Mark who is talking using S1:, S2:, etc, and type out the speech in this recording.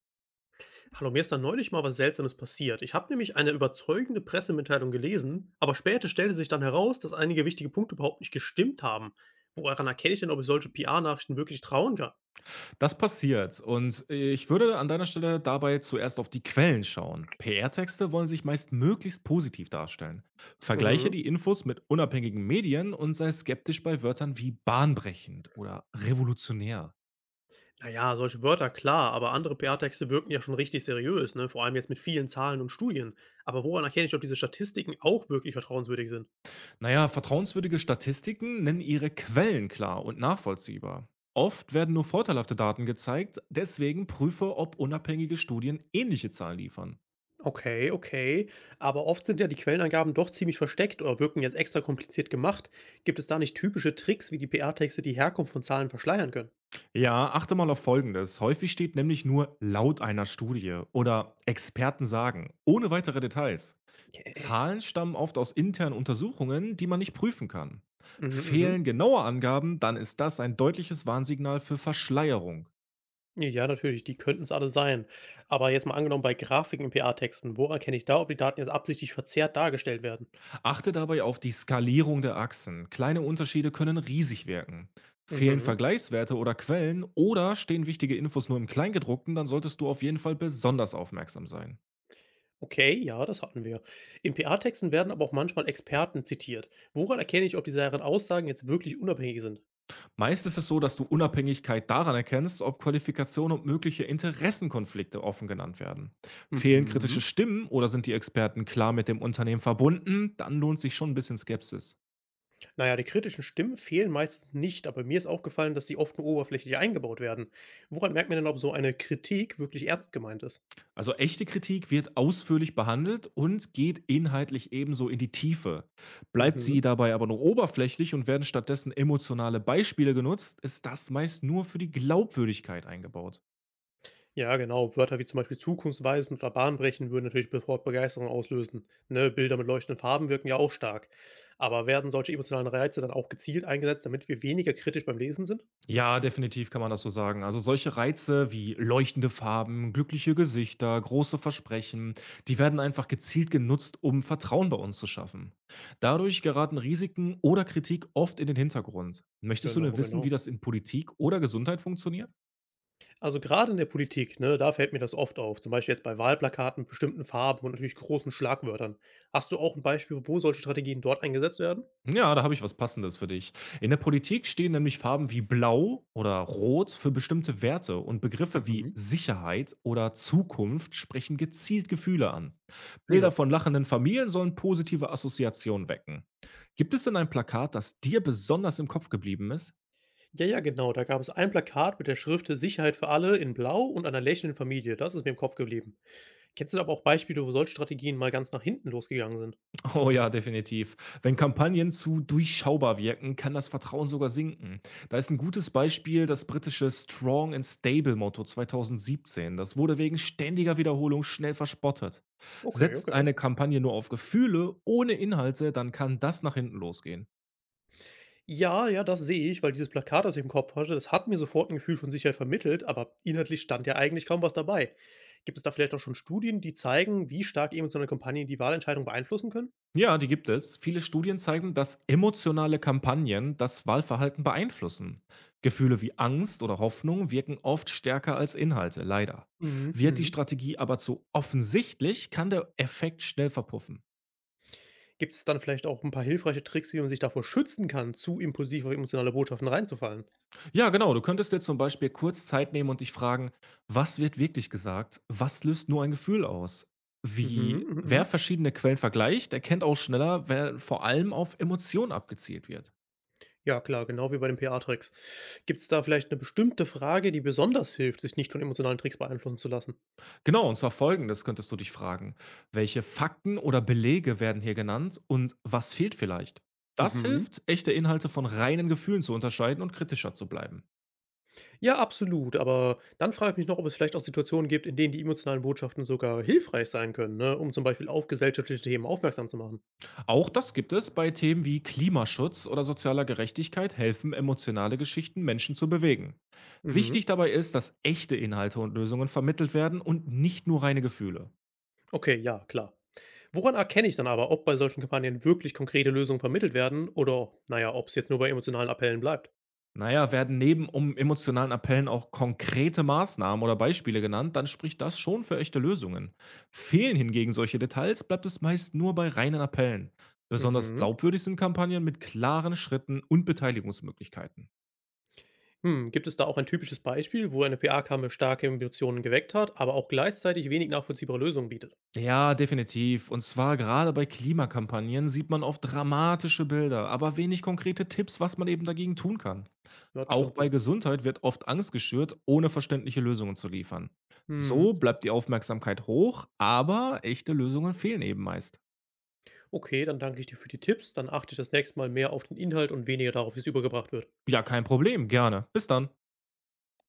S1: Hallo, mir ist da neulich mal was Seltsames passiert. Ich habe nämlich eine überzeugende Pressemitteilung gelesen, aber später stellte sich dann heraus, dass einige wichtige Punkte überhaupt nicht gestimmt haben. Woran erkenne ich denn, ob ich solche PR-Nachrichten wirklich trauen kann?
S2: Das passiert und ich würde an deiner Stelle dabei zuerst auf die Quellen schauen. PR-Texte wollen sich meist möglichst positiv darstellen. Vergleiche
S1: Mhm.
S2: die Infos mit unabhängigen Medien und sei skeptisch bei Wörtern wie bahnbrechend oder revolutionär.
S1: Naja, solche Wörter, klar, aber andere PR-Texte wirken ja schon richtig seriös, ne? Vor allem jetzt mit vielen Zahlen und Studien. Aber woran erkenne ich, ob diese Statistiken auch wirklich vertrauenswürdig sind?
S2: Naja, vertrauenswürdige Statistiken nennen ihre Quellen klar und nachvollziehbar. Oft werden nur vorteilhafte Daten gezeigt, deswegen prüfe, ob unabhängige Studien ähnliche Zahlen liefern.
S1: Okay, okay. Aber oft sind ja die Quellenangaben doch ziemlich versteckt oder wirken jetzt extra kompliziert gemacht. Gibt es da nicht typische Tricks, wie die PR-Texte die Herkunft von Zahlen verschleiern können?
S2: Ja, achte mal auf Folgendes. Häufig steht nämlich nur laut einer Studie oder Experten sagen, ohne weitere Details.
S1: Äh,
S2: Zahlen stammen oft aus internen Untersuchungen, die man nicht prüfen kann.
S1: Mhm,
S2: Fehlen
S1: mhm.
S2: genaue Angaben, dann ist das ein deutliches Warnsignal für Verschleierung.
S1: Ja, natürlich, die könnten es alle sein. Aber jetzt mal angenommen bei Grafiken in PR-Texten, woran kenne ich da, ob die Daten jetzt absichtlich verzerrt dargestellt werden?
S2: Achte dabei auf die Skalierung der Achsen. Kleine Unterschiede können riesig wirken. Fehlen
S1: Mhm.
S2: Vergleichswerte oder Quellen oder stehen wichtige Infos nur im Kleingedruckten, dann solltest du auf jeden Fall besonders aufmerksam sein.
S1: Okay, ja, das hatten wir. In PR-Texten werden aber auch manchmal Experten zitiert. Woran erkenne ich, ob diese deren Aussagen jetzt wirklich unabhängig sind?
S2: Meist ist es so, dass du Unabhängigkeit daran erkennst, ob Qualifikation und mögliche Interessenkonflikte offen genannt werden. Fehlen kritische
S1: Mhm.
S2: Stimmen oder sind die Experten klar mit dem Unternehmen verbunden, dann lohnt sich schon ein bisschen Skepsis.
S1: Na ja, die kritischen Stimmen fehlen meistens nicht, aber mir ist aufgefallen, dass sie oft nur oberflächlich eingebaut werden. Woran merkt man denn, ob so eine Kritik wirklich ernst gemeint ist?
S2: Also echte Kritik wird ausführlich behandelt und geht inhaltlich ebenso in die Tiefe. Bleibt sie
S1: Mhm.
S2: dabei aber nur oberflächlich und werden stattdessen emotionale Beispiele genutzt, ist das meist nur für die Glaubwürdigkeit eingebaut.
S1: Ja, genau. Wörter wie zum Beispiel zukunftsweisend oder bahnbrechend würden natürlich sofort Begeisterung auslösen. Ne, Bilder mit leuchtenden Farben wirken ja auch stark. Aber werden solche emotionalen Reize dann auch gezielt eingesetzt, damit wir weniger kritisch beim Lesen sind?
S2: Ja, definitiv kann man das so sagen. Also solche Reize wie leuchtende Farben, glückliche Gesichter, große Versprechen, die werden einfach gezielt genutzt, um Vertrauen bei uns zu schaffen. Dadurch geraten Risiken oder Kritik oft in den Hintergrund. Möchtest du denn
S1: Genau,
S2: wissen, wie
S1: genau.
S2: das in Politik oder Gesundheit funktioniert?
S1: Also gerade in der Politik, ne, da fällt mir das oft auf, zum Beispiel jetzt bei Wahlplakaten, bestimmten Farben und natürlich großen Schlagwörtern. Hast du auch ein Beispiel, wo solche Strategien dort eingesetzt werden?
S2: Ja, da habe ich was Passendes für dich. In der Politik stehen nämlich Farben wie Blau oder Rot für bestimmte Werte und Begriffe wie
S1: Mhm.
S2: Sicherheit oder Zukunft sprechen gezielt Gefühle an. Bilder
S1: Ja.
S2: von lachenden Familien sollen positive Assoziationen wecken. Gibt es denn ein Plakat, das dir besonders im Kopf geblieben ist?
S1: Ja, ja, genau. Da gab es ein Plakat mit der Schrift Sicherheit für alle in Blau und einer lächelnden Familie. Das ist mir im Kopf geblieben. Kennst du aber auch Beispiele, wo solche Strategien mal ganz nach hinten losgegangen sind?
S2: Oh ja, definitiv. Wenn Kampagnen zu durchschaubar wirken, kann das Vertrauen sogar sinken. Da ist ein gutes Beispiel das britische Strong and Stable Motto 2017. Das wurde wegen ständiger Wiederholung schnell verspottet.
S1: Okay,
S2: Setzt
S1: okay.
S2: eine Kampagne nur auf Gefühle ohne Inhalte, dann kann das nach hinten losgehen.
S1: Ja, ja, das sehe ich, weil dieses Plakat, das ich im Kopf hatte, das hat mir sofort ein Gefühl von Sicherheit vermittelt, aber inhaltlich stand ja eigentlich kaum was dabei. Gibt es da vielleicht auch schon Studien, die zeigen, wie stark emotionale Kampagnen die Wahlentscheidung beeinflussen können?
S2: Ja, die gibt es. Viele Studien zeigen, dass emotionale Kampagnen das Wahlverhalten beeinflussen. Gefühle wie Angst oder Hoffnung wirken oft stärker als Inhalte, leider.
S1: Mhm,
S2: Wird die
S1: mhm.
S2: Strategie aber zu offensichtlich, kann der Effekt schnell verpuffen.
S1: Gibt es dann vielleicht auch ein paar hilfreiche Tricks, wie man sich davor schützen kann, zu impulsiv auf emotionale Botschaften reinzufallen?
S2: Ja, genau, du könntest dir zum Beispiel kurz Zeit nehmen und dich fragen, was wird wirklich gesagt, was löst nur ein Gefühl aus?
S1: Mhm,
S2: Wie
S1: mhm,
S2: wer
S1: mhm.
S2: verschiedene Quellen vergleicht, erkennt auch schneller, wer vor allem auf Emotionen abgezielt wird.
S1: Ja klar, genau wie bei den PR-Tricks. Gibt es da vielleicht eine bestimmte Frage, die besonders hilft, sich nicht von emotionalen Tricks beeinflussen zu lassen?
S2: Genau, und zwar Folgendes könntest du dich fragen. Welche Fakten oder Belege werden hier genannt und was fehlt vielleicht? Das
S1: Mhm.
S2: hilft, echte Inhalte von reinen Gefühlen zu unterscheiden und kritischer zu bleiben.
S1: Ja, absolut, aber dann frage ich mich noch, ob es vielleicht auch Situationen gibt, in denen die emotionalen Botschaften sogar hilfreich sein können, ne, um zum Beispiel auf gesellschaftliche Themen aufmerksam zu machen.
S2: Auch das gibt es bei Themen wie Klimaschutz oder sozialer Gerechtigkeit helfen emotionale Geschichten Menschen zu bewegen. Wichtig
S1: Mhm.
S2: dabei ist, dass echte Inhalte und Lösungen vermittelt werden und nicht nur reine Gefühle.
S1: Okay, ja, klar. Woran erkenne ich dann aber, ob bei solchen Kampagnen wirklich konkrete Lösungen vermittelt werden oder, naja, ob es jetzt nur bei emotionalen Appellen bleibt?
S2: Na ja, werden neben um emotionalen Appellen auch konkrete Maßnahmen oder Beispiele genannt, dann spricht das schon für echte Lösungen. Fehlen hingegen solche Details, bleibt es meist nur bei reinen Appellen. Besonders
S1: Mhm.
S2: glaubwürdig sind Kampagnen mit klaren Schritten und Beteiligungsmöglichkeiten.
S1: Hm, gibt es da auch ein typisches Beispiel, wo eine PR-Kampagne starke Emotionen geweckt hat, aber auch gleichzeitig wenig nachvollziehbare Lösungen bietet?
S2: Ja, definitiv. Und zwar gerade bei Klimakampagnen sieht man oft dramatische Bilder, aber wenig konkrete Tipps, was man eben dagegen tun kann.
S1: Ja, das
S2: Auch
S1: stimmt
S2: bei
S1: wohl.
S2: Gesundheit wird oft Angst geschürt, ohne verständliche Lösungen zu liefern. So
S1: Mhm.
S2: bleibt die Aufmerksamkeit hoch, aber echte Lösungen fehlen eben meist.
S1: Okay, dann danke ich dir für die Tipps. Dann achte ich das nächste Mal mehr auf den Inhalt und weniger darauf, wie es übergebracht wird.
S2: Ja, kein Problem, gerne. Bis dann.